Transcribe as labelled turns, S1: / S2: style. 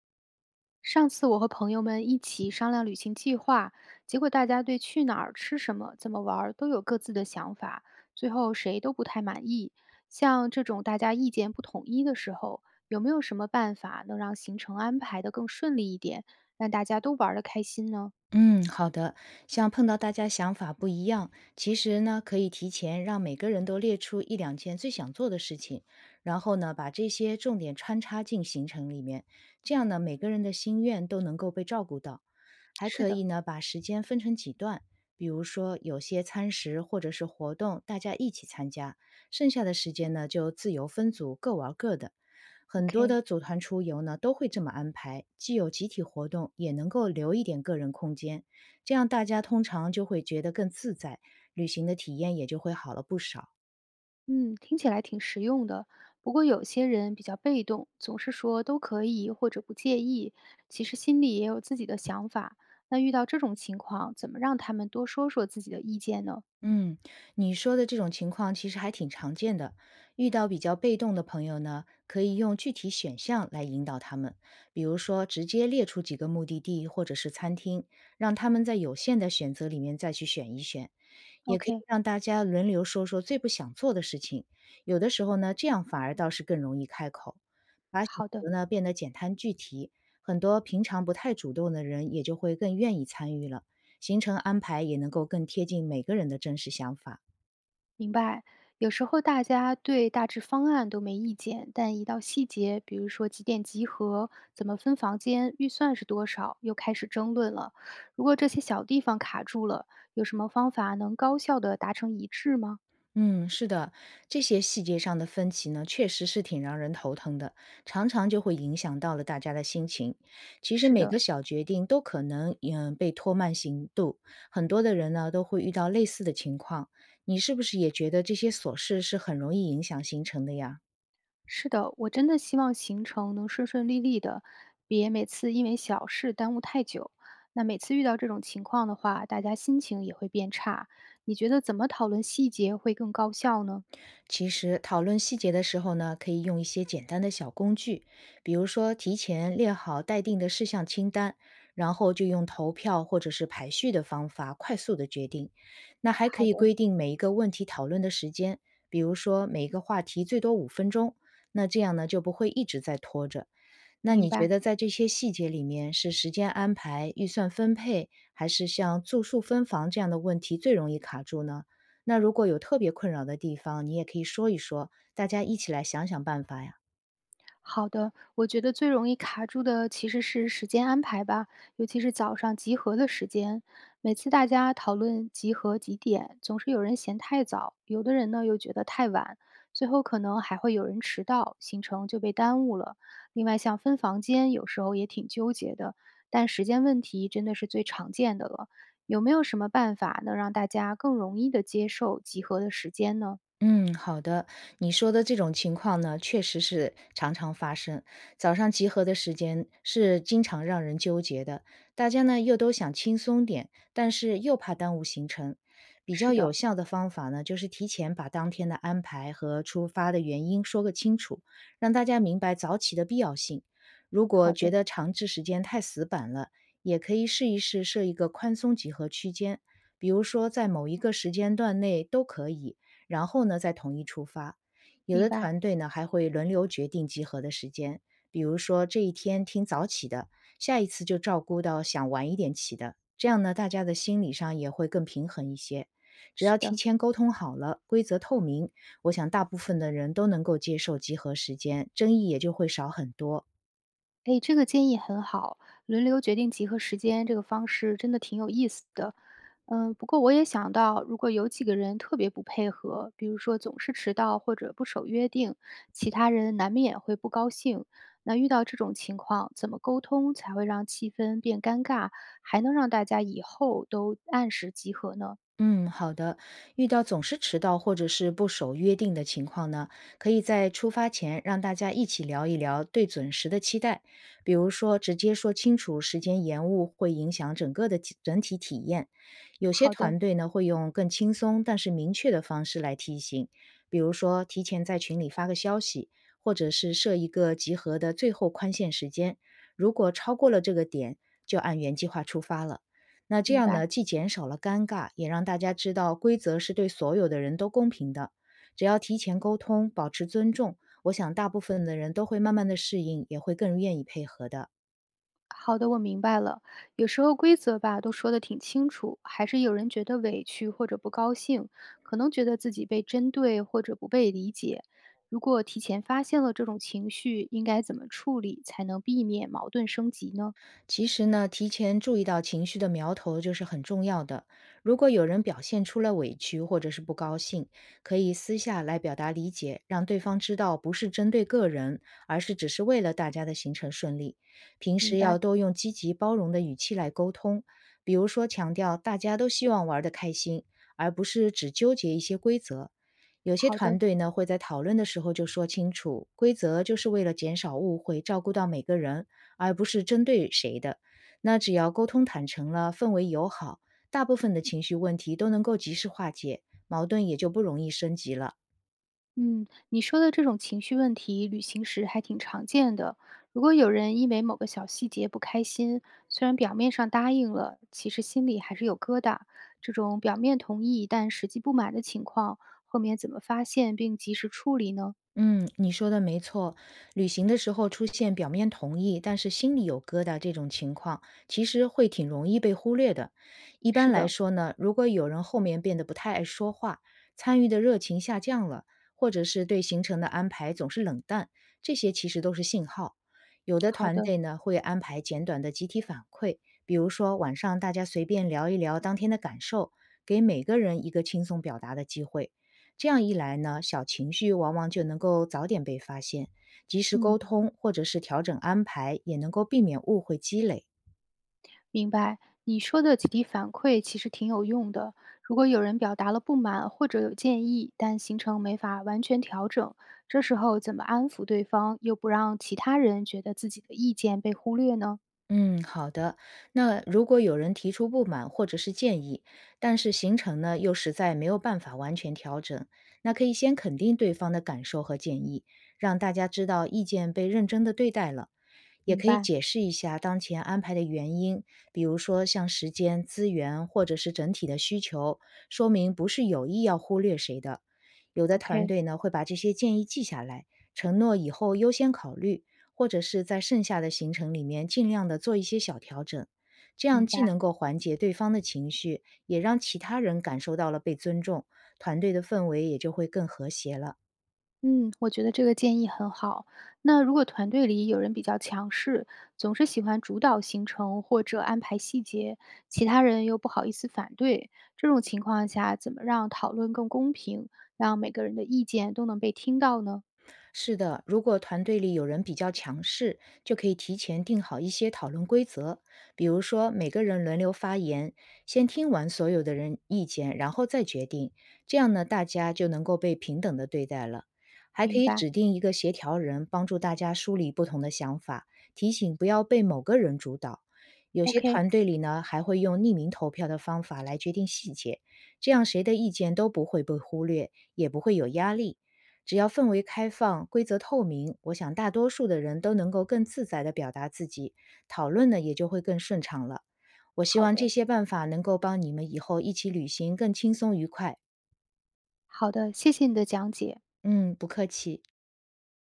S1: 上次我和朋友们一起商量旅行计划，结果大家对去哪儿、吃什么、怎么玩儿都有各自的想法，最后谁都不太满意。像这种大家意见不统一的时候，有没有什么办法能让行程安排得更顺利一点，让大家都玩得开心呢？
S2: 嗯，好的。像碰到大家想法不一样，其实呢，可以提前让每个人都列出一两件最想做的事情，然后呢，把这些重点穿插进行程里面，这样呢，每个人的心愿都能够被照顾到。还
S1: 是
S2: 可以
S1: 的
S2: 呢，把时间分成几段，比如说有些餐食或者是活动大家一起参加，剩下的时间呢就自由分组各玩各的。很多
S1: ，OK，
S2: 的组团出游呢都会这么安排，既有集体活动，也能够留一点个人空间，这样大家通常就会觉得更自在，旅行的体验也就会好了不少。
S1: 嗯，听起来挺实用的。不过有些人比较被动，总是说都可以或者不介意，其实心里也有自己的想法。那遇到这种情况，怎么让他们多说说自己的意见呢
S2: 嗯，你说的这种情况其实还挺常见的。遇到比较被动的朋友呢，可以用具体选项来引导他们，比如说直接列出几个目的地或者是餐厅，让他们在有限的选择里面再去选一选。也可以
S1: ？OK，
S2: 让大家轮流说说最不想做的事情，有的时候呢，这样反而倒是更容易开口，把选
S1: 好的，
S2: 择呢变得简单具体，很多平常不太主动的人也就会更愿意参与了。行程安排也能够更贴近每个人的真实想法。
S1: 明白。有时候大家对大致方案都没意见，但一到细节，比如说几点集合、怎么分房间、预算是多少，又开始争论了。如果这些小地方卡住了，有什么方法能高效的达成一致吗？
S2: 嗯，是的，这些细节上的分歧呢，确实是挺让人头疼的，常常就会影响到了大家的心情。其实
S1: 是
S2: 每
S1: 的。
S2: 个小决定都可能被拖慢行动，很多的人呢都会遇到类似的情况。你是不是也觉得这些琐事是很容易影响行程的呀？
S1: 是的，我真的希望行程能顺顺利利的，别每次因为小事耽误太久。那每次遇到这种情况的话，大家心情也会变差。你觉得怎么讨论细节会更高效呢？
S2: 其实讨论细节的时候呢，可以用一些简单的小工具，比如说提前列好待定的事项清单，然后就用投票或者是排序的方法快速的决定。那还可
S1: 好
S2: 以
S1: 的，
S2: 规定每一个问题讨论的时间，比如说每一个话题最多5分钟。那这样呢，就不会一直在拖着。那
S1: 明
S2: 你觉
S1: 白。
S2: 得在这些细节里面，是时间安排、预算分配，还是像住宿分房这样的问题最容易卡住呢？那如果有特别困扰的地方，你也可以说一说，大家一起来想想办法呀。
S1: 好的，我觉得最容易卡住的其实是时间安排吧，尤其是早上集合的时间。每次大家讨论集合几点，总是有人嫌太早，有的人呢又觉得太晚，最后可能还会有人迟到，行程就被耽误了。另外，像分房间，有时候也挺纠结的，但时间问题真的是最常见的了。有没有什么办法能让大家更容易的接受集合的时间呢？
S2: 嗯，好的。你说的这种情况呢，确实是常常发生。早上集合的时间是经常让人纠结的，大家呢又都想轻松点，但是又怕耽误行程。比
S1: 是
S2: 较有
S1: 的，
S2: 效的方法呢，就是提前把当天的安排和出发的原因说个清楚，让大家明白早起的必要性。如果
S1: 好
S2: 觉
S1: 的，
S2: 得长治时间太死板了，也可以试一试设一个宽松集合区间，比如说在某一个时间段内都可以。然后呢再统一出发。有
S1: 明
S2: 的
S1: 白，
S2: 团队呢还会轮流决定集合的时间，比如说这一天听早起的，下一次就照顾到想晚一点起的，这样呢大家的心理上也会更平衡一些。只要
S1: 是
S2: 提
S1: 的。
S2: 前沟通好了，规则透明，我想大部分的人都能够接受集合时间，争议也就会少很多。
S1: 哎，这个建议很好，轮流决定集合时间这个方式真的挺有意思的。不过我也想到，如果有几个人特别不配合，比如说总是迟到或者不守约定，其他人难免会不高兴。那遇到这种情况，怎么沟通才会让气氛变尴尬，还能让大家以后都按时集合呢？
S2: 嗯，好的。遇到总是迟到或者是不守约定的情况呢，可以在出发前让大家一起聊一聊对准时的期待，比如说直接说清楚时间延误会影响整个的整体体验。有些
S1: 好的，
S2: 团队呢会用更轻松但是明确的方式来提醒，比如说提前在群里发个消息，或者是设一个集合的最后宽限时间，如果超过了这个点，就按原计划出发了。那这
S1: 明
S2: 样
S1: 白。
S2: 呢，既减少了尴尬，也让大家知道规则是对所有的人都公平的。只要提前沟通，保持尊重，我想大部分的人都会慢慢的适应，也会更愿意配合的。
S1: 好的，我明白了。有时候规则吧都说的挺清楚，还是有人觉得委屈或者不高兴，可能觉得自己被针对或者不被理解。如果提前发现了这种情绪，应该怎么处理才能避免矛盾升级呢？
S2: 其实呢，提前注意到情绪的苗头就是很重要的。如果有人表现出了委屈或者是不高兴，可以私下来表达理解，让对方知道不是针对个人，而是只是为了大家的行程顺利。平时
S1: 明
S2: 要
S1: 白，
S2: 多用积极包容的语气来沟通，比如说强调大家都希望玩得开心，而不是只纠结一些规则。有些
S1: 好
S2: 团
S1: 的。
S2: 队呢会在讨论的时候就说清楚，规则就是为了减少误会，照顾到每个人。而不是针对谁的。那只要沟通坦诚了，氛围友好，大部分的情绪问题都能够及时化解，矛盾也就不容易升级了。
S1: 嗯，你说的这种情绪问题，旅行时还挺常见的。如果有人因为某个小细节不开心，虽然表面上答应了，其实心里还是有疙瘩。这种表面同意但实际不满的情况，后面怎么发现并及时处理呢？
S2: 嗯，你说的没错。旅行的时候出现表面同意，但是心里有疙瘩这种情况，其实会挺容易被忽略的。一般
S1: 是
S2: 来
S1: 的，
S2: 说呢，如果有人后面变得不太爱说话，参与的热情下降了，或者是对行程的安排总是冷淡，这些其实都是信号。有的
S1: 好
S2: 团
S1: 的，
S2: 队呢会安排简短的集体反馈，比如说晚上大家随便聊一聊当天的感受，给每个人一个轻松表达的机会。这样一来呢，小情绪往往就能够早点被发现，及时沟
S1: 嗯。
S2: 通或者是调整安排，也能够避免误会积累。
S1: 明白，你说的集体反馈其实挺有用的。如果有人表达了不满或者有建议，但行程没法完全调整，这时候怎么安抚对方，又不让其他人觉得自己的意见被忽略呢？
S2: 嗯，好的。那如果有人提出不满或者是建议，但是行程呢又实在没有办法完全调整，那可以先肯定对方的感受和建议，让大家知道意见被认真的对待了。也
S1: 明
S2: 可以
S1: 白
S2: 解释一下当前安排的原因，比如说像时间、资源或者是整体的需求，说明不是有意要忽略谁的。有的团
S1: ，OK，
S2: 队呢会把这些建议记下来，承诺以后优先考虑，或者是在剩下的行程里面尽量的做一些小调整，这样
S1: 明
S2: 既
S1: 白。
S2: 能够缓解对方的情绪，也让其他人感受到了被尊重，团队的氛围也就会更和谐了。
S1: 嗯，我觉得这个建议很好。那如果团队里有人比较强势，总是喜欢主导行程或者安排细节，其他人又不好意思反对，这种情况下，怎么让讨论更公平，让每个人的意见都能被听到呢？
S2: 是的，如果团队里有人比较强势，就可以提前定好一些讨论规则，比如说每个人轮流发言，先听完所有的人意见，然后再决定。这样呢，大家就能够被平等的对待了。还可
S1: 明
S2: 以
S1: 白
S2: 指定一个协调人，帮助大家梳理不同的想法，提醒不要被某个人主导。有些
S1: ，OK，
S2: 团队里呢，还会用匿名投票的方法来决定细节，这样谁的意见都不会被忽略，也不会有压力。只要氛围开放、规则透明，我想大多数的人都能够更自在地表达自己，讨论呢也就会更顺畅了。我希
S1: 好
S2: 望这
S1: 的，
S2: 些办法能够帮你们以后一起旅行更轻松愉快。
S1: 好的，谢谢你的讲解。
S2: 嗯，不客气。